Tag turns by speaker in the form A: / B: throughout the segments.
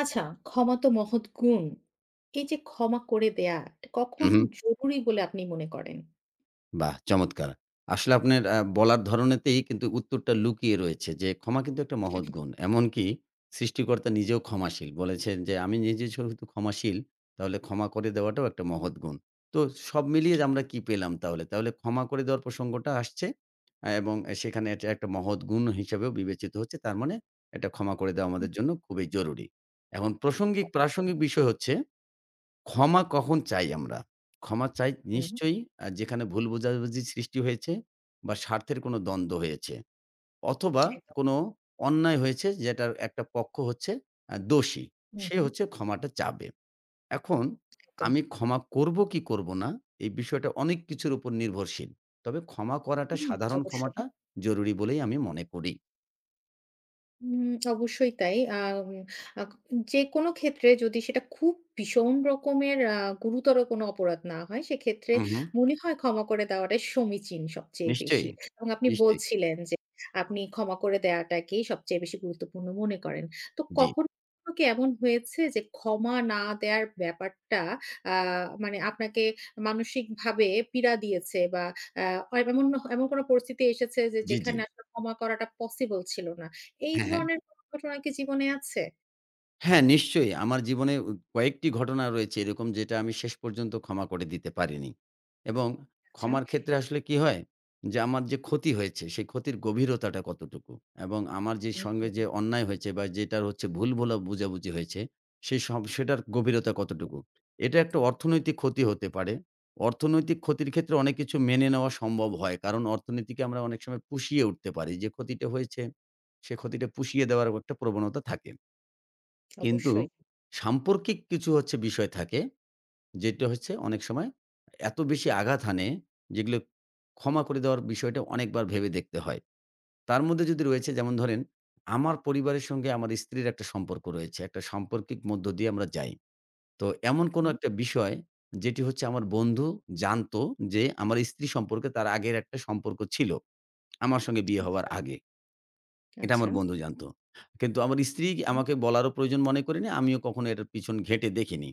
A: আচ্ছা, ক্ষমা তো মহৎ গুণ। এই যে ক্ষমা করে দেয়া, এটা কখন
B: হুম, হুম।
A: জরুরি বলে আপনি মনে করেন?
B: বাহ! চমৎকার। আসলে আপনার বলার ধরনেতেই কিন্তু উত্তরটা লুকিয়ে রয়েছে যে, ক্ষমা কিন্তু একটা মহৎ গুণ। এমনকি সৃষ্টিকর্তা নিজেও ক্ষমাশীল। বলেছেন যে, "আমি নিজে যেহেতু ক্ষমাশীল, তাহলে ক্ষমা করে দেওয়াটাও একটা মহৎ গুণ।" তো সব মিলিয়ে আমরা কি পেলাম তাহলে? তাহলে ক্ষমা করে দেওয়ার প্রসঙ্গটা আসছে এবং সেখানে এটা একটা মহৎ গুণ হিসেবেও বিবেচিত হচ্ছে। তার মানে এটা ক্ষমা করে দেওয়া
A: হুম।
B: আমাদের জন্য খুবই জরুরি। এখন
A: অবশ্যই।
B: প্রাসঙ্গিক বিষয় হচ্ছে ক্ষমা কখন চাই আমরা? ক্ষমা চাই
A: হুম,
B: নিশ্চয়ই যেখানে ভুল বোঝাবুঝি সৃষ্টি হয়েছে বা স্বার্থের কোনো দ্বন্দ্ব হয়েছে অথবা
A: একদম।
B: কোনো অন্যায় হয়েছে যেটার একটা পক্ষ হচ্ছে দোষী।
A: হুম,
B: সে
A: হুম,
B: হচ্ছে ক্ষমাটা চাবে। এখন
A: একদম।
B: আমি ক্ষমা করব কি করব না, এই বিষয়টা অনেক কিছুর উপর নির্ভরশীল। তবে ক্ষমা করাটা
A: হুম,
B: সাধারণ
A: অবশ্যই।
B: ক্ষমাটা জরুরি বলেই আমি মনে করি।
A: হুম, অবশ্যই তাই। আম আক যেকোনো ক্ষেত্রে যদি সেটা খুব ভীষণ রকমের গুরুতর কোনো অপরাধ না হয়, সেক্ষেত্রে
B: হু, হু।
A: মনে হয় ক্ষমা করে দেওয়াটাই সমীচীন সবচেয়ে বেশি।
B: নিশ্চয়ই,
A: এবং আপনি
B: নিশ্চয়ই।
A: বলছিলেন যে, আপনি ক্ষমা করে দেওয়াটাকেই সবচেয়ে বেশি গুরুত্বপূর্ণ মনে করেন। তো
B: জি,
A: কখনো কি এমন হয়েছে যে, ক্ষমা না দেওয়ার ব্যাপারটা আ মানে আপনাকে মানসিকভাবে পীড়া দিয়েছে বা আ এমন এমন কোনো পরিস্থিতি এসেছে যে,
B: জি, জি।
A: যেখানে আসলে ক্ষমা করাটা পসিবল ছিল না? এই
B: হ্যাঁ, হ্যাঁ।
A: ধরনের কোনো ঘটনা কি জীবনে আছে?
B: হ্যাঁ, নিশ্চয়ই। আমার জীবনে কয়েকটি ঘটনা রয়েছে এরকম যেটা আমি শেষ পর্যন্ত ক্ষমা করে দিতে পারিনি। এবং
A: আচ্ছা।
B: ক্ষমার ক্ষেত্রে আসলে কি হয়? যে আমার যে ক্ষতি হয়েছে, সেই ক্ষতির গভীরতাটা কতটুকু? এবং আমার যে
A: হুম,
B: সঙ্গে যে অন্যায় হয়েছে বা যেটার হচ্ছে ভুল বোঝাবুঝি হয়েছে, সেই সব সেটার গভীরতা কতটুকু? এটা একটা অর্থনৈতিক ক্ষতি হতে পারে। অর্থনৈতিক ক্ষতির ক্ষেত্রে অনেক কিছু মেনে নেওয়া সম্ভব হয়। কারণ অর্থনীতিকে আমরা অনেক সময় পুষিয়ে উঠতে পারি। যে ক্ষতিটা হয়েছে, সে ক্ষতিটা পুষিয়ে দেওয়ারও একটা প্রবণতা থাকে। কিন্তু
A: অবশ্যই।
B: সাম্পর্কিক কিছু হচ্ছে বিষয় থাকে, যেটা হচ্ছে অনেক সময় এত বেশি আঘাত হানে যেগুলো ক্ষমা করে দেওয়ার বিষয়টা অনেকবার ভেবে দেখতে হয়। তার মধ্যে যদি রয়েছে যেমন ধরেন, আমার পরিবারের সঙ্গে আমার স্ত্রীর একটা সম্পর্ক রয়েছে। একটা সাম্পর্কিক মধ্য দিয়ে আমরা যাই। তো এমন কোনো
A: হুম।
B: একটা বিষয় যেটি হচ্ছে আমার বন্ধু জানতো যে আমার স্ত্রী সম্পর্কে তার আগের একটা সম্পর্ক ছিল। আমার সঙ্গে বিয়ে হওয়ার
A: আচ্ছা,
B: আগে। এটা
A: আচ্ছা।
B: আমার বন্ধু জানত। কিন্তু আমার স্ত্রী
A: হুম।
B: আমাকে বলারও প্রয়োজন মনে করেনি। আমিও কখনো এটার পিছন ঘেঁটে দেখিনি।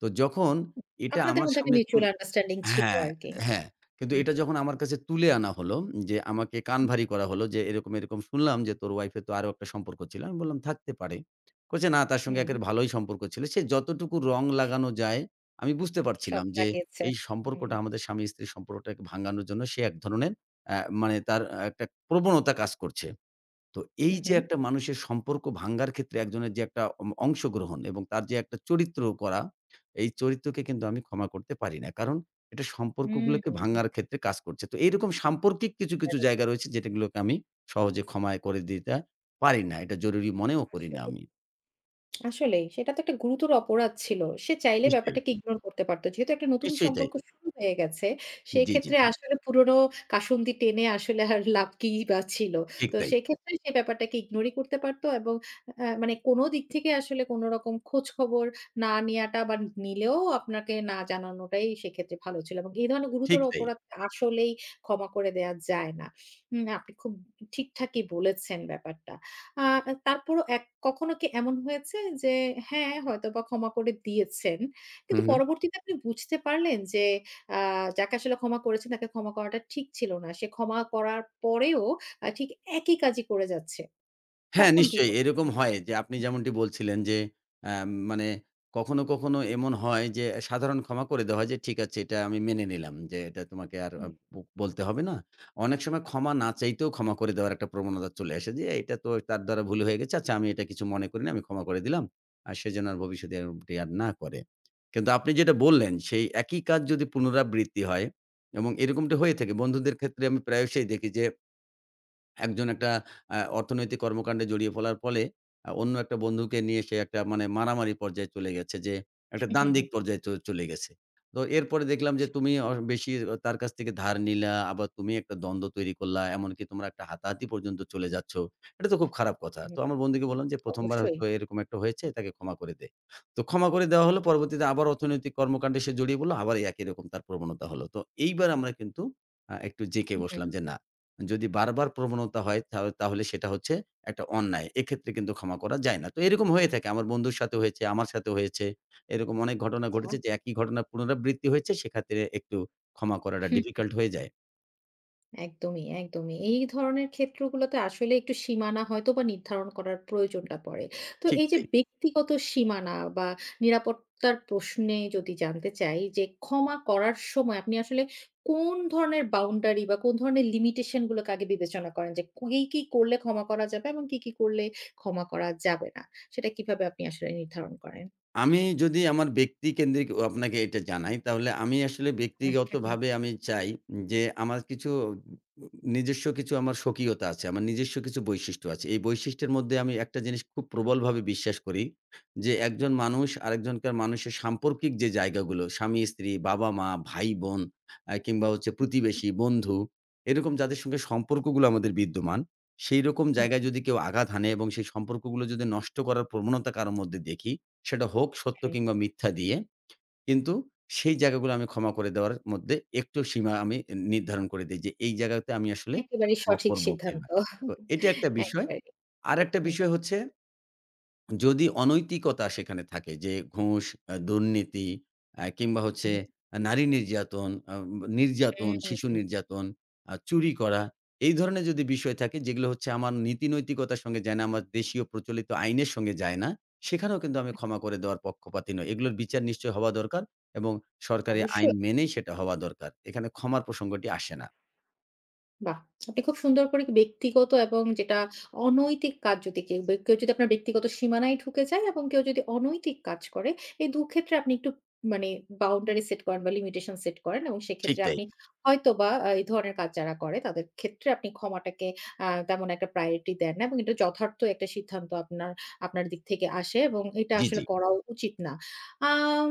B: তো যখন এটা
A: আপনাদের
B: আমার
A: মধ্যে একটা
B: সামনে
A: মিউচুয়াল আন্ডারস্ট্যান্ডিং ছিল
B: হ্যাঁ,
A: আরকি।
B: হ্যাঁ। কিন্তু
A: হুম,
B: এটা যখন আমার কাছে তুলে আনা হলো যে আমাকে কানভারি করা হলো যে, "এরকম, এরকম শুনলাম যে তোর ওয়াইফের তো আরো একটা সম্পর্ক ছিল।" আমি বললাম, "থাকতে পারে।" কইছে, "না, তার সঙ্গে
A: হুম।
B: একের ভালোই সম্পর্ক ছিল।" সে যতটুকু রং লাগানো যায় আমি বুঝতে
A: সব
B: পারছিলাম যে
A: লাগিয়েছে।
B: এই
A: হুম,
B: সম্পর্কটা আমাদের স্বামী-স্ত্রীর সম্পর্কটাকে ভাঙানোর জন্য সে এক ধরনের অ্যা মানে তার একটা প্রবণতা কাজ করছে। তো এই
A: হু,
B: যে
A: হুম।
B: একটা মানুষের সম্পর্ক ভাঙ্গার ক্ষেত্রে একজনের যে একটা অংশগ্রহণ এবং তার যে একটা চরিত্র করা, এই চরিত্রকে কিন্তু আমি ক্ষমা করতে পারি না। কারণ এটা
A: হুম,
B: সম্পর্কগুলোকে ভাঙ্গার ক্ষেত্রে কাজ করছে। তো এইরকম সাম্পর্কিক কিছু, কিছু
A: মানে
B: জায়গা রয়েছে যেটাগুলোকে আমি সহজে ক্ষমায় করে দিতে পারি না। এটা জরুরি মনেও করি না
A: আসলে
B: আমি।
A: আসলেই সেটা তো একটা গুরুতর অপরাধ ছিল। সে চাইলে
B: নিশ্চয়ই,
A: ব্যাপারটাকে ইগনোর করতে পারত। যেহেতু একটা নতুন
B: নিশ্চয়ই তাই।
A: সম্পর্ক শুরু হয়ে গেছে,
B: জি, জি।
A: সেক্ষেত্রে হুম। আসলে পুরনো কাসুন্দি টেনে আসলে আর লাভ কিই বা ছিল।
B: ঠিক
A: তো
B: তাই,
A: সেক্ষেত্রে সে ব্যাপারটাকে ইগনোরই করতে পারত এবং মানে কোন দিক থেকে আসলে কোনরকম খোঁজখবর না নেয়াটা বা নিলেও আপনাকে না জানানোটাই সেক্ষেত্রে ভালো ছিল এবং এই ধরনের গুরুতর
B: ঠিক তাই।
A: অপরাধ আসলেই ক্ষমা করে দেয়া যায় না। আপনি খুব ঠিকঠাকই বলেছেন ব্যাপারটা। আ তারপরও কখনো কি এমন হয়েছে যে হ্যাঁ, হয়তোবা ক্ষমা করে দিয়েছেন।
B: হু,
A: কিন্তু
B: হু।
A: পরবর্তীতে আপনি বুঝতে পারলেন যে আ যাকে আসলে ক্ষমা করেছেন তাকে ক্ষমা করাটা ঠিক ছিল না। সে ক্ষমা করার পরেও ঠিক একই কাজই করে যাচ্ছে।
B: হ্যাঁ,
A: তখন কি
B: নিশ্চয়ই
A: করতেন?
B: এরকম হয় যে আপনি যেমনটি বলছিলেন যে আ মানে কখনো, কখনো এমন হয় যে সাধারণ ক্ষমা করে দেওয়া হয় যে ঠিক আছে এটা আমি মেনে নিলাম যে এটা তোমাকে আর আ
A: হুম।
B: ব বলতে হবে না। অনেক সময় ক্ষমা না চাইতেও ক্ষমা করে দেওয়ার একটা প্রবণতা চলে আসে যে এটা তো তার দ্বারা ভুল হয়ে গেছে। আচ্ছা আমি এটা কিছু মনে করিনি আমি ক্ষমা করে দিলাম। আর সে যেন আর ভবিষ্যতে এরকমটি আর না করে। কিন্তু আপনি যেটা বললেন সেই একই কাজ যদি পুনরাবৃত্তি হয় এবং এরকমটি হয়ে থাকে বন্ধুদের ক্ষেত্রে আমি প্রায়শই দেখি যে একজন একটা অর্থনৈতিক কর্মকাণ্ডে জড়িয়ে পড়ার ফলে অন্য একটা বন্ধুকে নিয়ে সে একটা মানে মারামারি পর্যায়ে চলে গেছে যে, একটা
A: হুম, হুম, হুম।
B: দ্বান্দ্বিক পর্যায়ে চলে গেছে। তো এরপরে দেখলাম যে
A: আচ্ছা।
B: তুমি বেশি তার কাছ থেকে ধার নিলা, আবার তুমি একটা দ্বন্দ্ব তৈরি করলা। এমনকি তোমরা একটা হাতাহাতি পর্যন্ত চলে যাচ্ছ। এটা তো খুব খারাপ কথা।
A: হুম,
B: তো
A: হুম।
B: আমার বন্ধুকে বললাম যে, "প্রথম বার
A: অবশ্যই।
B: হয়তো এরকম একটা হয়েছে, তাকে ক্ষমা করে দে।" তো ক্ষমা করে দেওয়া হলো। পরবর্তীতে আবার অর্থনৈতিক কর্মকাণ্ডে সে জড়িয়ে পড়ল। আবার এই একই রকম তার প্রবণতা হলো। তো এইবার আমরা কিন্তু একটু জেঁকে
A: হুম,
B: বসলাম
A: হুম।
B: যে, "না, যদি বারবার প্রবণতা হয় তাহলে তাহলে সেটা হচ্ছে একটা অন্যায়। এক্ষেত্রে কিন্তু ক্ষমা করা যায় না। তো এরকম হয়ে থাকে। আমার বন্ধুর সাথে হয়েছে, আমার সাথে হয়েছে। এরকম অনেক ঘটনা
A: আচ্ছা।
B: ঘটেছে যে একই ঘটনা পুনরাবৃত্তি হয়েছে সেক্ষেত্রে একটু ক্ষমা করাটা ডিফিকাল্ট হয়ে যায়।
A: একদমই, একদমই। এই ধরনের ক্ষেত্রগুলোতে আসলে একটু সীমানা হয়তোবা নির্ধারণ করার প্রয়োজনটা পড়ে। তো
B: ঠিক
A: এই যে
B: তাই।
A: ব্যক্তিগত সীমানা বা নিরাপত্তার প্রশ্নে যদি জানতে চাই যে ক্ষমা করার সময় আপনি আসলে কোন ধরনের বাউন্ডারি বা কোন ধরনের লিমিটেশন গুলোকে আগে বিবেচনা করেন যে কি, কি করলে ক্ষমা করা যাবে এবং কি, কি করলে ক্ষমা করা যাবে না? সেটা কিভাবে আপনি আসলে নির্ধারণ করেন?
B: আমি যদি আমার ব্যক্তিকেন্দ্রিক ও আপনাকে এটা জানাই, তাহলে আমি আসলে ব্যক্তিগতভাবে আমি চাই যে, আমার কিছু নিজস্ব কিছু আমার স্বকীয়তা আছে। আমার নিজস্ব কিছু বৈশিষ্ট্য আছে। এই বৈশিষ্ট্যের মধ্যে আমি একটা জিনিস খুব প্রবলভাবে বিশ্বাস করি যে, একজন মানুষ আরেকজনকার মানুষের সাম্পর্কিক যে জায়গাগুলো, স্বামী-স্ত্রী, বাবা-মা, ভাই-বোন কিংবা হচ্ছে
A: হুম,
B: প্রতিবেশী, বন্ধু, এরকম যাদের সঙ্গে সম্পর্কগুলো আমাদের বিদ্যমান, সেইরকম জায়গায় যদি কেউ আঘাত হানে এবং সেই সম্পর্কগুলো যদি নষ্ট করার প্রবণতা কারো মধ্যে দেখি, সেটা হোক সত্য
A: হুম।
B: কিংবা মিথ্যা দিয়ে। কিন্তু সেই জায়গাগুলো আমি ক্ষমা করে দেওয়ার মধ্যে একটু সীমা আমি নির্ধারণ করে দেই যে, এই জায়গাতে আমি আসলে
A: একেবারেই
B: ক্ষমা
A: সঠিক
B: করব কিনা।
A: সিদ্ধান্ত।
B: তো এটা একটা বিষয়।
A: একবারেই।
B: আরেকটা
A: হুম,
B: বিষয় হচ্ছে যদি অনৈতিকতা সেখানে থাকে যে ঘুষ, দুর্নীতি কিংবা হচ্ছে
A: হুম,
B: নারী নির্যাতন, নির্যাতন, শিশু
A: হুম।
B: নির্যাতন, চুরি করা এই ধরনের যদি বিষয় থাকে যেগুলো হচ্ছে আমার নীতি-নৈতিকতার সঙ্গে যায় না, আমার দেশীয় প্রচলিত আইনের সঙ্গে যায় না, সেখানেও কিন্তু আমি ক্ষমা করে দেওয়ার পক্ষপাতী নই। এগুলোর বিচার নিশ্চয়ই হওয়া দরকার এবং সরকারি আইন
A: অবশ্যই।
B: মেনেই সেটা হওয়া দরকার। এখানে ক্ষমার প্রসঙ্গটি আসে না।
A: বাহ! আপনি খুব সুন্দর করে ব্যক্তিগত এবং যেটা অনৈতিক কাজ যদি কেউ কেউ যদি আপনার ব্যক্তিগত সীমানায় ঢুকে যায় এবং কেউ যদি অনৈতিক কাজ করে, এই ২ ক্ষেত্রে আপনি একটু মানে বাউন্ডারি সেট করেন বা লিমিটেশন সেট করেন এবং
B: ঠিক
A: সেক্ষেত্রে
B: তাই।
A: আপনি হয়তোবা এই ধরনের কাজ যারা করে তাদের ক্ষেত্রে আপনি ক্ষমাটাকে তেমন একটা প্রায়োরিটি দেন না এবং এটা যথার্থ একটা সিদ্ধান্ত আপনার আপনার দিক থেকে আসে এবং এটা
B: জি, জি।
A: আসলে করাও উচিত না। আম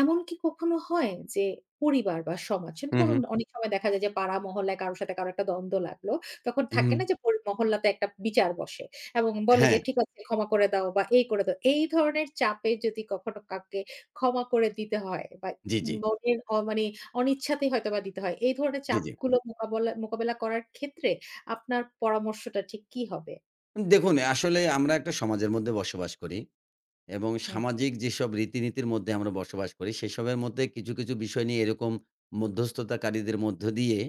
A: এমন কি কখনো হয় যে পরিবার বা সমাজ
B: হু, হু।
A: ধরুন অনেক সময় দেখা যায় যে পাড়া মহল্লায় কারো সাথে কারো একটা দ্বন্দ্ব লাগলো। তখন
B: হু।
A: থাকে না যে মহল্লাতে একটা বিচার বসে এবং বলে যে
B: হ্যাঁ।
A: ঠিক আছে ক্ষমা করে দাও বা এই করে দাও। এই ধরনের চাপে যদি কখনো কাউকে ক্ষমা করে দিতে হয় বা
B: জি, জি।
A: মনের মানে অনিচ্ছাতেই হয়তোবা দিতে হয়। এই ধরনের
B: জি, জি।
A: চাপগুলো মোকাবেলা করার ক্ষেত্রে আপনার পরামর্শটা ঠিক কি হবে?
B: দেখুন, আসলে আমরা একটা সমাজের মধ্যে বসবাস করি এবং
A: হুম, হুম,
B: সামাজিক যেসব রীতিনীতির মধ্যে আমরা বসবাস করি, সেসবের মধ্যে কিছু, কিছু বিষয় নিয়ে এরকম মধ্যস্থতাকারীদের মধ্য দিয়ে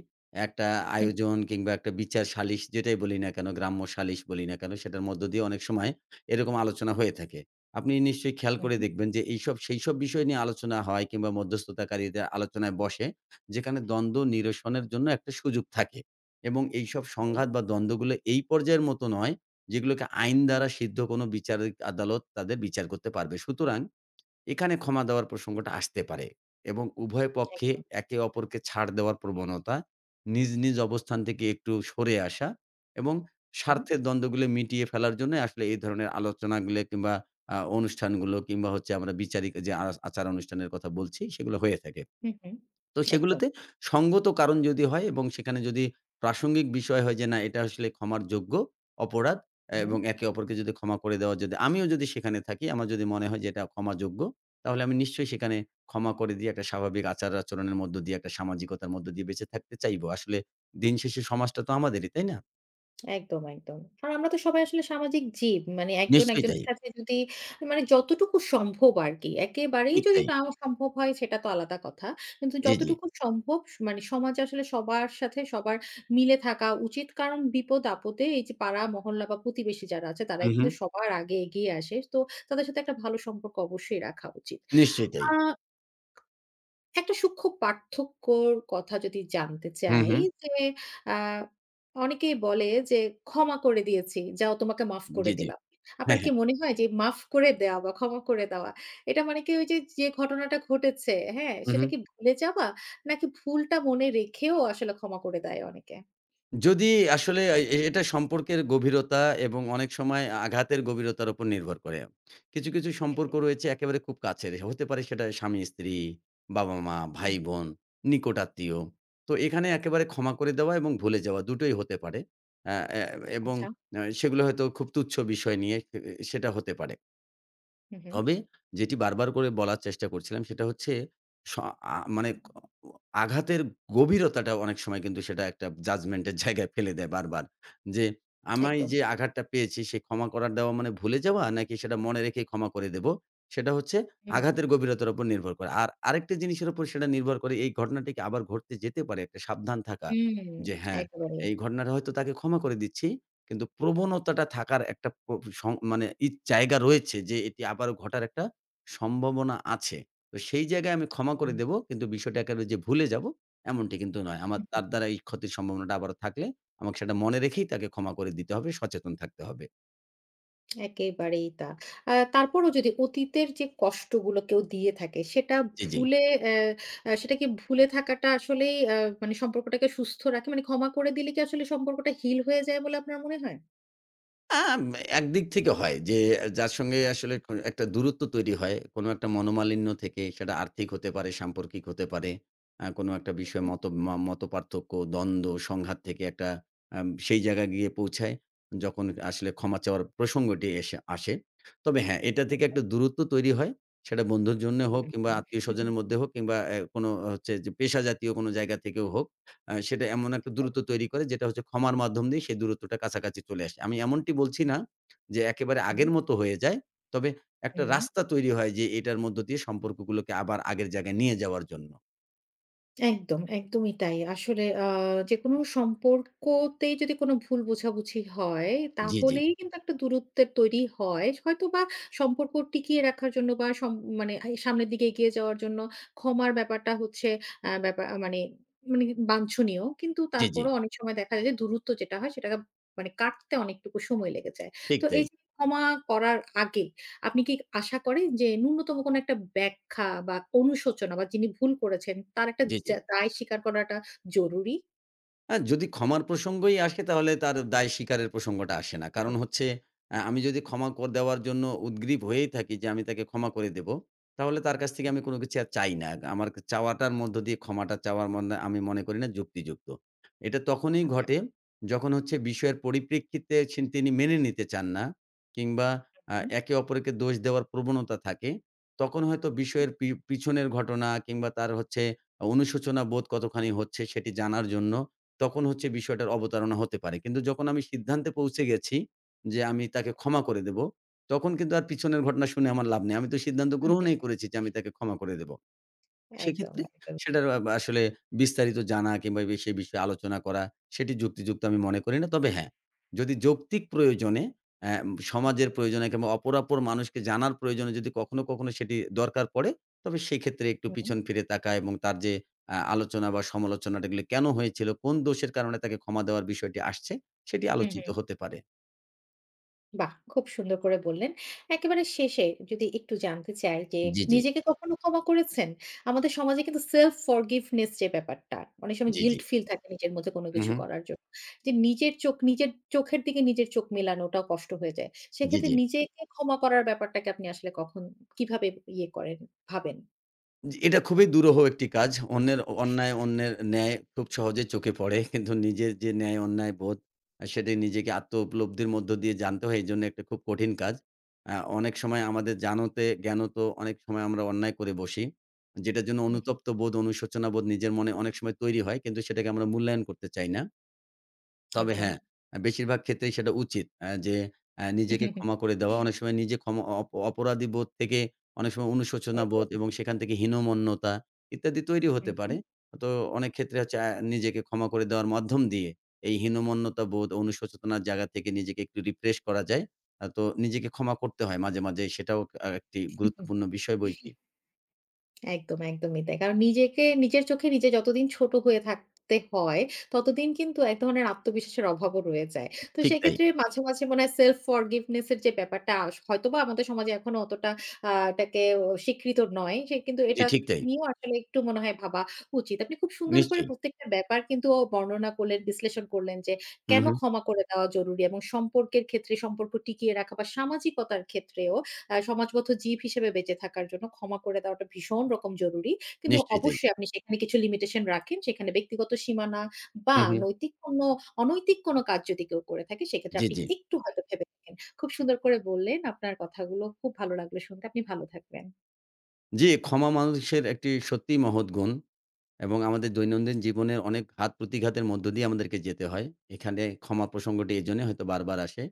B: একটা আয়োজন কিংবা একটা বিচার সালিস যেটাই বলি না কেন, গ্রাম্য সালিস বলি না কেন, সেটার মধ্য দিয়ে অনেক সময় এরকম আলোচনা হয়ে থাকে। আপনি নিশ্চয়ই খেয়াল
A: হুম,
B: করে
A: হুম,
B: দেখবেন যে সেইসব বিষয় নিয়ে আলোচনা হয় কিংবা মধ্যস্থতাকারীদের আলোচনায় বসে, যেখানে দ্বন্দ্ব নিরসনের জন্য একটা সুযোগ থাকে এবং এইসব
A: হুম,
B: সংঘাত বা দ্বন্দ্বগুলো এই পর্যায়ের মতো নয় যেগুলোকে আইন দ্বারা সিদ্ধ কোনো বিচারিক আদালত তাদের বিচার করতে পারবে। সুতরাং এখানে ক্ষমা দেওয়ার প্রসঙ্গটা আসতে পারে এবং উভয় পক্ষে
A: একদম।
B: একে অপরকে ছাড় দেওয়ার প্রবণতা, নিজ, নিজ অবস্থান থেকে একটু সরে আসা এবং
A: হুম,
B: স্বার্থের দ্বন্দ্বগুলো মিটিয়ে ফেলার জন্য আসলে এই ধরনের আলোচনাগুলো কিংবা অনুষ্ঠানগুলো কিংবা হচ্ছে আমরা বিচারিক যে আচার-অনুষ্ঠানের কথা বলছি, সেগুলো হয়ে থাকে।
A: হুম, হুম,
B: তো
A: একদম।
B: সেগুলোতে সঙ্গত কারণ যদি হয় এবং সেখানে যদি প্রাসঙ্গিক বিষয় হয় যে না এটা আসলে ক্ষমার যোগ্য অপরাধ
A: হুম।
B: এবং একে অপরকে যদি ক্ষমা করে দেওয়া যদি আমিও যদি সেখানে থাকি আমার যদি মনে হয় যে এটা ক্ষমাযোগ্য তাহলে আমি নিশ্চয়ই সেখানে ক্ষমা করে দিয়ে একটা স্বাভাবিক আচার আচরণের মধ্য দিয়ে একটা সামাজিকতার মধ্য দিয়ে বেঁচে থাকতে চাইবো। আসলে দিন শেষে সমাজটা তো আমাদেরই, তাই না?
A: একদম, একদম। আর আমরা তো সবাই আসলে সামাজিক জীব। মানে একজন
B: নিশ্চয়ই
A: একজনের
B: তাই।
A: সাথে যদি মানে যতটুকু সম্ভব আরকি। একেবারেই
B: ঠিক
A: যদি
B: তাই।
A: নাও সম্ভব হয় সেটা তো আলাদা কথা। কিন্তু
B: জি, জি।
A: যতটুকু সম্ভব মানে সমাজে আসলে সবার সাথে সবার মিলে থাকা উচিত। কারণ বিপদ-আপদে এই যে পাড়া, মহল্লা বা প্রতিবেশী যারা আছে
B: হু,
A: তারাই
B: হু।
A: কিন্তু সবার আগে এগিয়ে আসে। তো তাদের সাথে একটা ভালো সম্পর্ক অবশ্যই রাখা উচিত।
B: নিশ্চয়ই
A: আ
B: তাই।
A: একটা সূক্ষ্ম পার্থক্যর কথা যদি জানতে
B: হু,
A: চাই
B: হু।
A: যে, আ অনেকেই বলে যে, "ক্ষমা করে দিয়েছি। যাও তোমাকে মাফ করে
B: জি, জি।
A: দিলাম।"
B: হ্যাঁ,
A: আপনার কি
B: হ্যাঁ।
A: মনে হয় যে মাফ করে দেওয়া বা ক্ষমা করে দেওয়া, এটা মানে কি ওই যে, যে ঘটনাটা ঘটেছে, হ্যাঁ?
B: হু, হু।
A: সেটা কি ভুলে যাওয়া? নাকি ভুলটা মনে রেখেও আসলে ক্ষমা করে দেয় অনেকে?
B: যদি আসলে আ এ এটা সম্পর্কের গভীরতা এবং অনেক সময় আঘাতের গভীরতার উপর নির্ভর করে। কিছু, কিছু
A: হু,
B: সম্পর্ক
A: হু,
B: রয়েছে একেবারে খুব কাছের। হতে পারে সেটা স্বামী-স্ত্রী, বাবা-মা,
A: হু, হু।
B: ভাই-বোন, নিকট আত্মীয়। তো এখানে একেবারে ক্ষমা করে দেওয়া এবং ভুলে যাওয়া দুটোই হতে পারে। আ এ এবং
A: আচ্ছা।
B: সেগুলো হয়তো খুব তুচ্ছ বিষয় নিয়ে সেটা হতে পারে।
A: হু, হু।
B: তবে যেটি বারবার করে বলার চেষ্টা করছিলাম সেটা হচ্ছে স আ মানে আঘাতের গভীরতাটা অনেক সময় কিন্তু সেটা একটা জাজমেন্ট এর জায়গায় ফেলে দেয় বারবার। যে আমায়
A: একদম।
B: যে আঘাতটা পেয়েছি সে ক্ষমা করার দেওয়া মানে ভুলে যাওয়া নাকি সেটা মনে রেখেই ক্ষমা করে দেব। সেটা হচ্ছে
A: হু, হু।
B: আঘাতের গভীরতার উপর নির্ভর করে। আর আরেকটা জিনিসের উপর সেটা নির্ভর করে এই ঘটনাটিকে আবার ঘটতে যেতে পারে একটা সাবধান থাকা।
A: হুম,
B: যে হ্যাঁ,
A: একেবারেই।
B: এই ঘটনাটা হয়তো তাকে ক্ষমা করে দিচ্ছি। কিন্তু প্রবণতাটা থাকার একটা প সং মানে জায়গা রয়েছে যে এটি আবারও ঘটার একটা সম্ভাবনা আছে। তো সেই জায়গায় আমি ক্ষমা
A: একদম।
B: করে দেব। কিন্তু বিষয়টা একেবারে যে ভুলে যাব এমনটি কিন্তু নয়। আমার তার দ্বারা এই ক্ষতির সম্ভাবনাটা আবারও থাকলে আমাকে সেটা মনে রেখেই তাকে ক্ষমা করে দিতে হবে, সচেতন থাকতে হবে।
A: একেবারেই তা। তারপরও যদি অতীতের যে কষ্টগুলো কেউ দিয়ে থাকে সেটা
B: জি, জি।
A: ভুলে অ্যা আ সেটাকে ভুলে থাকাটা আসলেই মানে সম্পর্কটাকে সুস্থ রাখে? মানে ক্ষমা করে দিলে কি আসলে সম্পর্কটা হিল হয়ে যায় বলে আপনার মনে হয়?
B: আম একদিক থেকে হয় যে যার সঙ্গে আসলে একটা দূরত্ব তৈরি হয়। কোনো একটা মনোমালিন্য থেকে সেটা আর্থিক হতে পারে, সাম্পর্কিক হতে পারে। কোনো একটা বিষয়ে
A: হুম,
B: মত ম মতপার্থক্য, দ্বন্দ্ব, সংঘাত থেকে একটা সেই জায়গায় গিয়ে পৌঁছায় যখন আসলে ক্ষমা চাওয়ার প্রসঙ্গটি এসে আসে। তবে হ্যাঁ, এটা থেকে একটা দূরত্ব তৈরি হয়। সেটা বন্ধুর জন্য
A: হুম,
B: হোক কিংবা
A: হুম, হুম, হুম,
B: আত্মীয়স্বজনের মধ্যে হোক কিংবা কোনো হচ্ছে যে পেশা জাতীয় কোনো জায়গা থেকেও হোক। সেটা এমন একটা দূরত্ব তৈরি করে যেটা হচ্ছে ক্ষমার মাধ্যম দিয়ে সেই দূরত্বটা কাছাকাছি চলে আসে। আমি এমনটি বলছি না যে একেবারে
A: হুম,
B: আগের মতো হয়ে যায়। তবে একটা
A: হুম।
B: রাস্তা তৈরি হয় যে এটার মধ্য দিয়ে সম্পর্কগুলোকে আবার আগের জায়গায় নিয়ে যাওয়ার জন্য।
A: একদম, একদমই তাই। আসলে যেকোনো সম্পর্কতেই যদি কোনো ভুল বোঝাবুঝি হয়,
B: জি, জি।
A: তাহলেই কিন্তু একটা দূরত্বের তৈরি হয়। হয়তোবা সম্পর্ক টিকিয়ে রাখার জন্য বা মানে সামনের দিকে এগিয়ে যাওয়ার জন্য ক্ষমার ব্যাপারটা হচ্ছে ব্যাপার মানে মানে বাঞ্ছনীয়। কিন্তু
B: জি, জি।
A: তারপরেও অনেক সময় দেখা যায় যে দূরত্ব যেটা হয় সেটাকে মানে কাটতে অনেকটুকু সময় লেগে যায়।
B: ঠিক
A: তো এই
B: তাই।
A: যে ক্ষমা করার আগে আপনি কি আশা করেন যে ন্যূনতম কোনো একটা ব্যাখ্যা বা অনুশোচনা বা যিনি ভুল করেছেন তার একটা
B: জি, জি।
A: যা দায় স্বীকার করাটা জরুরি?
B: যদি ক্ষমার প্রসঙ্গই আসে তাহলে তার দায় স্বীকারের প্রসঙ্গটা আসে না। কারণ হচ্ছে আমি যদি ক্ষমা ক দেওয়ার জন্য উদগ্রীব হয়েই থাকি যে আমি তাকে ক্ষমা করে দেব, তাহলে তার কাছ থেকে
A: হুম,
B: আমি কোনো কিছু আর চাই না। আমার চাওয়াটার মধ্য দিয়ে ক্ষমাটা চাওয়ার মনে আমি মনে করি না যুক্তিযুক্ত। এটা তখনই
A: আচ্ছা।
B: ঘটে যখন হচ্ছে বিষয়ের পরিপ্রেক্ষিতে তিনি মেনে নিতে চান না কিংবা
A: হুম,
B: একে অপরকে দোষ দেওয়ার প্রবণতা থাকে। তখন হয়তো
A: হুম।
B: বিষয়ের পিছনের ঘটনা কিংবা তার হচ্ছে অনুশোচনা বোধ কতখানি হচ্ছে সেটি জানার জন্য তখন হচ্ছে বিষয়টার অবতারণা হতে পারে। কিন্তু যখন আমি সিদ্ধান্তে পৌঁছে গেছি যে, আমি তাকে ক্ষমা করে দেব, তখন কিন্তু আর পিছনের ঘটনা শুনে আমার লাভ নেই। আমি তো সিদ্ধান্ত গ্রহণই করেছি যে, আমি তাকে ক্ষমা করে দেব।
A: একদম,
B: সেক্ষেত্রে
A: একদম।
B: সেটার আসলে বিস্তারিত জানা কিংবা সে বিষয়ে আলোচনা করা সেটি যুক্তিযুক্ত আমি মনে করি না। তবে হ্যাঁ, যদি যৌক্তিক প্রয়োজনে অ্যা
A: হুম,
B: সমাজের
A: হুম।
B: প্রয়োজনে কিংবা অপরাপর মানুষকে জানার প্রয়োজনে যদি কখনো, কখনো সেটি দরকার পড়ে, তবে সেক্ষেত্রে একটু পিছন ফিরে তাকায় এবং তার যে আলোচনা বা সমালোচনাটা এগুলো কেন হয়েছিল, কোন দোষের কারণে তাকে ক্ষমা দেওয়ার বিষয়টি আসছে, সেটি
A: হুম,
B: আলোচিত
A: হুম।
B: হতে পারে।
A: বাহ! খুব সুন্দর করে বললেন। একেবারে শেষে যদি একটু জানতে চাই যে
B: জি, জি।
A: নিজেকে কখনো ক্ষমা করেছেন? আমাদের সমাজে কিন্তু self forgiveness যে ব্যাপারটা, অনেক সময়
B: জি, জি।
A: guilt feel থাকে নিজের মধ্যে কোনো
B: হু,
A: কিছু
B: হু।
A: করার জন্য। যে নিজের চোখ নিজের চোখের দিকে নিজের চোখ মেলানোটাও কষ্ট হয়ে যায়।
B: জি,
A: সেক্ষেত্রে
B: জি।
A: নিজেকে ক্ষমা করার ব্যাপারটাকে আপনি আসলে কখন কিভাবে ইয়ে করেন ভাবেন?
B: জি, এটা খুবই দুরূহ একটি কাজ। অন্যের অন্যায়, অন্যের ন্যায় খুব সহজে চোখে পড়ে। কিন্তু নিজের যে ন্যায় অন্যায় বোধ সেটি নিজেকে আত্ম উপলব্ধির মধ্য দিয়ে জানতে হয়। এজন্য একটা খুব কঠিন কাজ। আ অনেক সময় আমাদের জ্ঞানত অনেক সময় আমরা অন্যায় করে বসি। যেটার জন্য
A: হুম,
B: অনুতপ্ত বোধ, অনুশোচনা বোধ নিজের মনে অনেক সময় তৈরি হয়। কিন্তু সেটাকে আমরা মূল্যায়ন করতে চাই না। তবে
A: একদম।
B: হ্যাঁ, বেশিরভাগ ক্ষেত্রেই সেটা উচিত। আ যে আ নিজেকে
A: হুম, হুম, হুম,
B: ক্ষমা করে দেওয়া। অনেক সময় নিজে ক্ষমা অপ অপরাধী বোধ থেকে অনেক সময় অনুশোচনা
A: একদম।
B: বোধ এবং সেখান থেকে হীনমন্যতা ইত্যাদি তৈরি
A: হুম,
B: হতে
A: হুম।
B: পারে। তো অনেক ক্ষেত্রে হচ্ছে নিজেকে ক্ষমা করে দেওয়ার মাধ্যম দিয়ে এই হীনমন্যতা বোধ, অনুশোচনার জায়গা থেকে নিজেকে একটু রিফ্রেশ করা যায়। তো নিজেকে ক্ষমা করতে হয় মাঝে, মাঝে সেটাও একটি
A: হুম, হুম।
B: গুরুত্বপূর্ণ বিষয় বৈকি।
A: একদম, একদমই তাই। কারণ নিজেকে নিজের চোখে নিজে যতদিন ছোট হয়ে থাকতে হয়, ততদিন কিন্তু এক ধরনের আত্মবিশ্বাসের অভাবও রয়ে যায়। তো
B: ঠিক তাই।
A: সেক্ষেত্রে মাঝে, মাঝে মনে হয় self forgiveness এর যে ব্যাপারটা হয়তোবা আমাদের সমাজে এখনো অতটা এটাকে ও স্বীকৃত নয়। সে কিন্তু
B: জি,
A: এটা
B: ঠিক তাই।
A: নিয়েও আসলে একটু মনে হয় ভাবা উচিত। আপনি খুব সুন্দর করে
B: নিশ্চয়ই।
A: প্রত্যেকটা ব্যাপার কিন্তু ও বর্ণনা করলেন, বিশ্লেষণ করলেন যে
B: হু,
A: কেন
B: হু।
A: ক্ষমা করে দেওয়া জরুরি এবং সম্পর্কের ক্ষেত্রে সম্পর্ক টিকিয়ে রাখা বা সামাজিকতার ক্ষেত্রেও সমাজবদ্ধ জীব হিসেবে বেঁচে থাকার জন্য ক্ষমা করে দেওয়াটা ভীষণ রকম জরুরি। কিন্তু
B: নিশ্চয়ই তাই।
A: অবশ্যই আপনি সেখানে কিছু লিমিটেশন রাখেন। সেখানে ব্যক্তিগত সীমানা বা
B: হু, হু।
A: নৈতিক কোনো অনৈতিক কোনো কাজ যদি কেউ করে থাকে সেক্ষেত্রে
B: জি,
A: আপনি
B: জি।
A: একটু হয়তো ভেবে দেখেন। খুব সুন্দর করে বললেন। আপনার কথাগুলো খুব ভালো লাগলো শুনতে। আপনি ভালো থাকবেন।
B: জি, ক্ষমা মানুষের একটি সত্যিই মহৎ গুণ এবং আমাদের দৈনন্দিন জীবনের অনেক ঘাত প্রতিঘাতের মধ্য দিয়ে আমাদেরকে যেতে হয়। এখানে ক্ষমা প্রসঙ্গটি এজন্যই হয়তো বারবার আসে।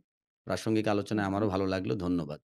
B: প্রাসঙ্গিক
A: হু,
B: আলোচনায়
A: হু।
B: আমারও ভালো লাগলো। ধন্যবাদ।